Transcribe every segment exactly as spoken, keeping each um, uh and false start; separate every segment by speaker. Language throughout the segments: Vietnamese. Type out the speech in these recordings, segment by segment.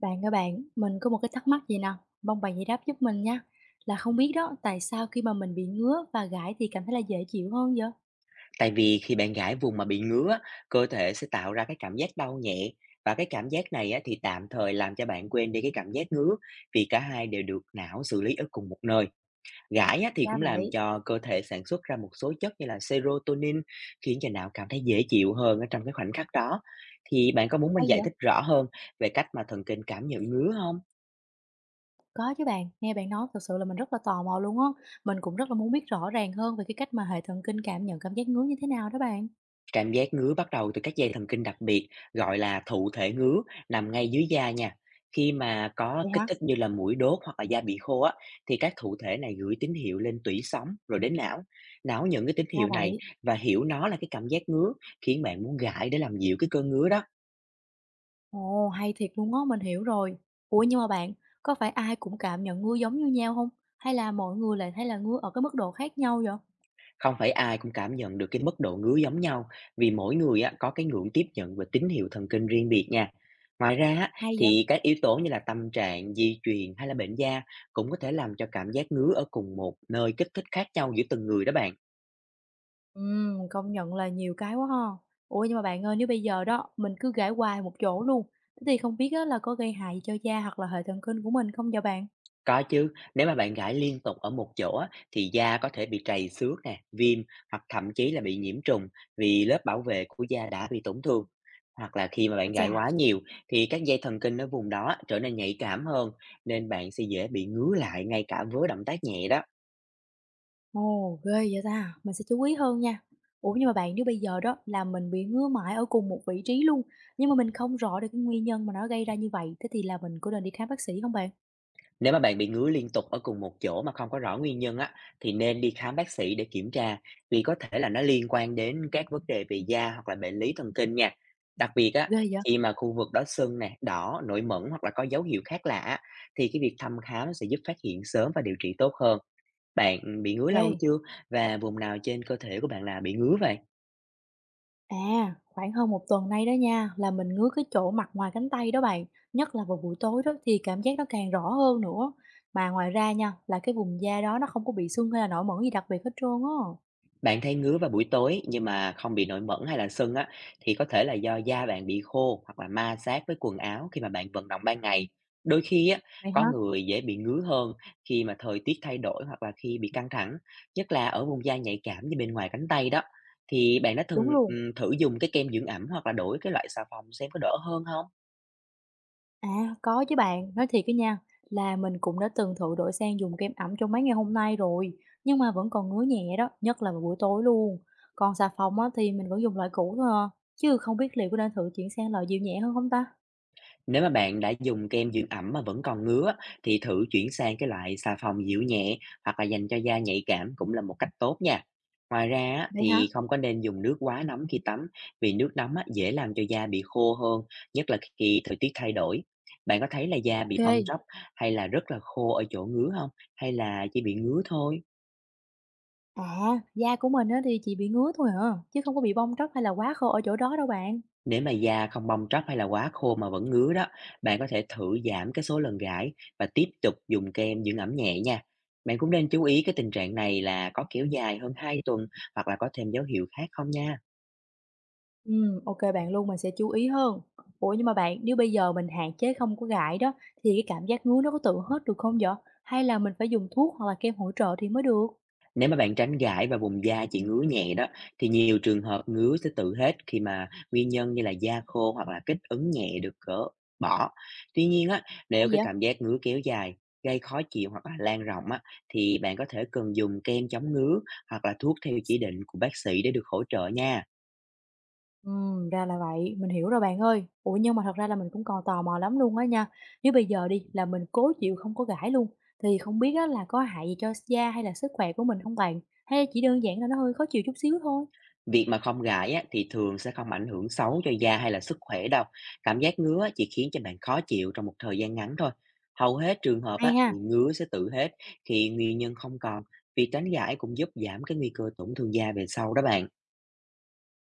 Speaker 1: Bạn ơi bạn, mình có một cái thắc mắc gì nè, mong bạn giải đáp giúp mình nha. Là không biết đó, tại sao khi mà mình bị ngứa và gãi thì cảm thấy là dễ chịu hơn vậy?
Speaker 2: Tại vì khi bạn gãi vùng mà bị ngứa, á, cơ thể sẽ tạo ra cái cảm giác đau nhẹ và cái cảm giác này á, thì tạm thời làm cho bạn quên đi cái cảm giác ngứa vì cả hai đều được não xử lý ở cùng một nơi. Gãi á, thì
Speaker 1: Ra
Speaker 2: cũng làm
Speaker 1: vậy,
Speaker 2: cho cơ thể sản xuất ra một số chất như là sê rô tô nin, khiến cho não cảm thấy dễ chịu hơn ở trong cái khoảnh khắc đó. Thì bạn có muốn mình
Speaker 1: hay
Speaker 2: giải
Speaker 1: vậy?
Speaker 2: thích rõ hơn về cách mà thần kinh cảm nhận ngứa không?
Speaker 1: Có chứ bạn, nghe bạn nói thật sự là mình rất là tò mò luôn á. Mình cũng rất là muốn biết rõ ràng hơn về cái cách mà hệ thần kinh cảm nhận cảm giác ngứa như thế nào đó bạn.
Speaker 2: Cảm giác ngứa bắt đầu từ các dây thần kinh đặc biệt gọi là thụ thể ngứa, nằm ngay dưới da nha. Khi mà có
Speaker 1: Vậy
Speaker 2: kích
Speaker 1: hả?
Speaker 2: thích như là mũi đốt hoặc là da bị khô á, thì các thụ thể này gửi tín hiệu lên tủy sống rồi đến não. Não nhận cái tín
Speaker 1: Ra
Speaker 2: hiệu này
Speaker 1: vậy.
Speaker 2: và hiểu nó là cái cảm giác ngứa, khiến bạn muốn gãi để làm dịu cái cơn ngứa đó.
Speaker 1: Ồ, hay thiệt luôn á, mình hiểu rồi. Ủa nhưng mà bạn, có phải ai cũng cảm nhận ngứa giống như nhau không? Hay là mọi người lại thấy là ngứa ở cái mức độ khác nhau vậy?
Speaker 2: Không phải ai cũng cảm nhận được cái mức độ ngứa giống nhau, vì mỗi người á, có cái ngưỡng tiếp nhận và tín hiệu thần kinh riêng biệt nha. Ngoài ra á,
Speaker 1: Hay vậy?
Speaker 2: thì các yếu tố như là tâm trạng, di truyền hay là bệnh da cũng có thể làm cho cảm giác ngứa ở cùng một nơi kích thích khác nhau giữa từng người đó bạn.
Speaker 1: Ừm, công nhận là nhiều cái quá ha. Ủa, nhưng mà bạn ơi, nếu bây giờ đó mình cứ gãi hoài một chỗ luôn, thế thì không biết á là có gây hại cho da hoặc là hệ thần kinh của mình không vậy bạn?
Speaker 2: Có chứ, nếu mà bạn gãi liên tục ở một chỗ á, thì da có thể bị trầy xước nè, viêm, hoặc thậm chí là bị nhiễm trùng vì lớp bảo vệ của da đã bị tổn thương. Hoặc là khi mà
Speaker 1: Ái
Speaker 2: bạn
Speaker 1: chà!
Speaker 2: gãi quá nhiều, thì các dây thần kinh ở vùng đó trở nên nhạy cảm hơn, nên bạn sẽ dễ bị ngứa lại ngay cả với động tác nhẹ đó.
Speaker 1: Ồ, ghê vậy ta! Mình sẽ chú ý hơn nha. Ủa, nhưng mà bạn nếu bây giờ đó là mình bị ngứa mãi ở cùng một vị trí luôn, nhưng mà mình không rõ được cái nguyên nhân mà nó gây ra như vậy, thế thì là mình có nên đi khám bác sĩ không bạn?
Speaker 2: Nếu mà bạn bị ngứa liên tục ở cùng một chỗ mà không có rõ nguyên nhân á, thì nên đi khám bác sĩ để kiểm tra, vì có thể là nó liên quan đến các vấn đề về da hoặc là bệnh lý thần kinh nha. Đặc biệt á,
Speaker 1: Ghê vậy!
Speaker 2: khi mà khu vực đó sưng nè, đỏ, nổi mẩn hoặc là có dấu hiệu khác lạ á, thì cái việc thăm khám sẽ giúp phát hiện sớm và điều trị tốt hơn. Bạn bị ngứa
Speaker 1: ô kê.
Speaker 2: lâu chưa? Và vùng nào trên cơ thể của bạn là bị ngứa vậy?
Speaker 1: À, khoảng hơn một tuần nay đó nha, là mình ngứa cái chỗ mặt ngoài cánh tay đó bạn, nhất là vào buổi tối đó thì cảm giác nó càng rõ hơn nữa. Mà ngoài ra nha, là cái vùng da đó nó không có bị sưng hay là nổi mẩn gì đặc biệt hết trơn á.
Speaker 2: Bạn thấy ngứa vào buổi tối nhưng mà không bị nổi mẩn hay là sưng á, thì có thể là do da bạn bị khô hoặc là ma sát với quần áo khi mà bạn vận động ban ngày. Đôi khi á,
Speaker 1: Vậy hả?
Speaker 2: có người dễ bị ngứa hơn khi mà thời tiết thay đổi hoặc là khi bị căng thẳng, nhất là ở vùng da nhạy cảm như bên ngoài cánh tay đó. Thì bạn đã từng
Speaker 1: Đúng luôn.
Speaker 2: ừ, thử dùng cái kem dưỡng ẩm hoặc là đổi cái loại xà phòng xem có đỡ hơn không?
Speaker 1: À, có chứ bạn, nói thiệt cái nha, là mình cũng đã từng thử đổi sang dùng kem ẩm trong mấy ngày hôm nay rồi, nhưng mà vẫn còn ngứa nhẹ đó, nhất là vào buổi tối luôn. Còn xà phòng á, thì mình vẫn dùng loại cũ thôi à, chứ không biết liệu có nên thử chuyển sang loại dịu nhẹ hơn không ta?
Speaker 2: Nếu mà bạn đã dùng kem dưỡng ẩm mà vẫn còn ngứa á, thì thử chuyển sang cái loại xà phòng dịu nhẹ hoặc là dành cho da nhạy cảm cũng là một cách tốt nha. Ngoài ra á,
Speaker 1: Vậy hả?
Speaker 2: thì không có nên dùng nước quá nóng khi tắm, vì nước nóng á, dễ làm cho da bị khô hơn, nhất là khi thời tiết thay đổi. Bạn có thấy là da bị
Speaker 1: ô kê.
Speaker 2: bong tróc hay là rất là khô ở chỗ ngứa không? Hay là chỉ bị ngứa thôi?
Speaker 1: À, da của mình á thì chỉ bị ngứa thôi hả chứ không có bị bong tróc hay là quá khô ở chỗ đó đâu bạn.
Speaker 2: Nếu mà da không bong tróc hay là quá khô mà vẫn ngứa đó, bạn có thể thử giảm cái số lần gãi và tiếp tục dùng kem dưỡng ẩm nhẹ nha. Bạn cũng nên chú ý cái tình trạng này là có kéo dài hơn hai tuần hoặc là có thêm dấu hiệu khác không nha.
Speaker 1: Ừm, ô kê bạn luôn, mình sẽ chú ý hơn. Ủa, nhưng mà bạn, nếu bây giờ mình hạn chế không có gãi đó, thì cái cảm giác ngứa nó có tự hết được không vậy? Hay là mình phải dùng thuốc hoặc là kem hỗ trợ thì mới được?
Speaker 2: Nếu mà bạn tránh gãi và vùng da chỉ ngứa nhẹ đó, thì nhiều trường hợp ngứa sẽ tự hết khi mà nguyên nhân như là da khô hoặc là kích ứng nhẹ được gỡ bỏ. Tuy nhiên á,
Speaker 1: Hay
Speaker 2: nếu cái
Speaker 1: vậy?
Speaker 2: cảm giác ngứa kéo dài, gây khó chịu hoặc là lan rộng á, thì bạn có thể cần dùng kem chống ngứa hoặc là thuốc theo chỉ định của bác sĩ để được hỗ trợ nha.
Speaker 1: Ừm, ra là vậy, mình hiểu rồi bạn ơi. Ủa, nhưng mà thật ra là mình cũng còn tò mò lắm luôn á nha. Nếu bây giờ đi là mình cố chịu không có gãi luôn, thì không biết á là có hại gì cho da hay là sức khỏe của mình không bạn? Hay chỉ đơn giản là nó hơi khó chịu chút xíu thôi?
Speaker 2: Việc mà không gãi á, thì thường sẽ không ảnh hưởng xấu cho da hay là sức khỏe đâu. Cảm giác ngứa chỉ khiến cho bạn khó chịu trong một thời gian ngắn thôi. Hầu hết trường hợp á,
Speaker 1: Hay
Speaker 2: thì
Speaker 1: ha.
Speaker 2: ngứa sẽ tự hết khi nguyên nhân không còn. Việc tránh gãi cũng giúp giảm cái nguy cơ tổn thương da về sau đó bạn.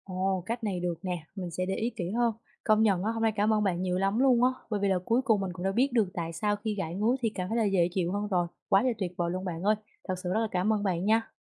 Speaker 1: Ồ, cách này được nè, mình sẽ để ý kỹ hơn. Công nhận á, hôm nay cảm ơn bạn nhiều lắm luôn á, bởi vì là cuối cùng mình cũng đã biết được tại sao khi gãi ngứa thì cảm thấy là dễ chịu hơn rồi. Quá là tuyệt vời luôn bạn ơi. Thật sự rất là cảm ơn bạn nha.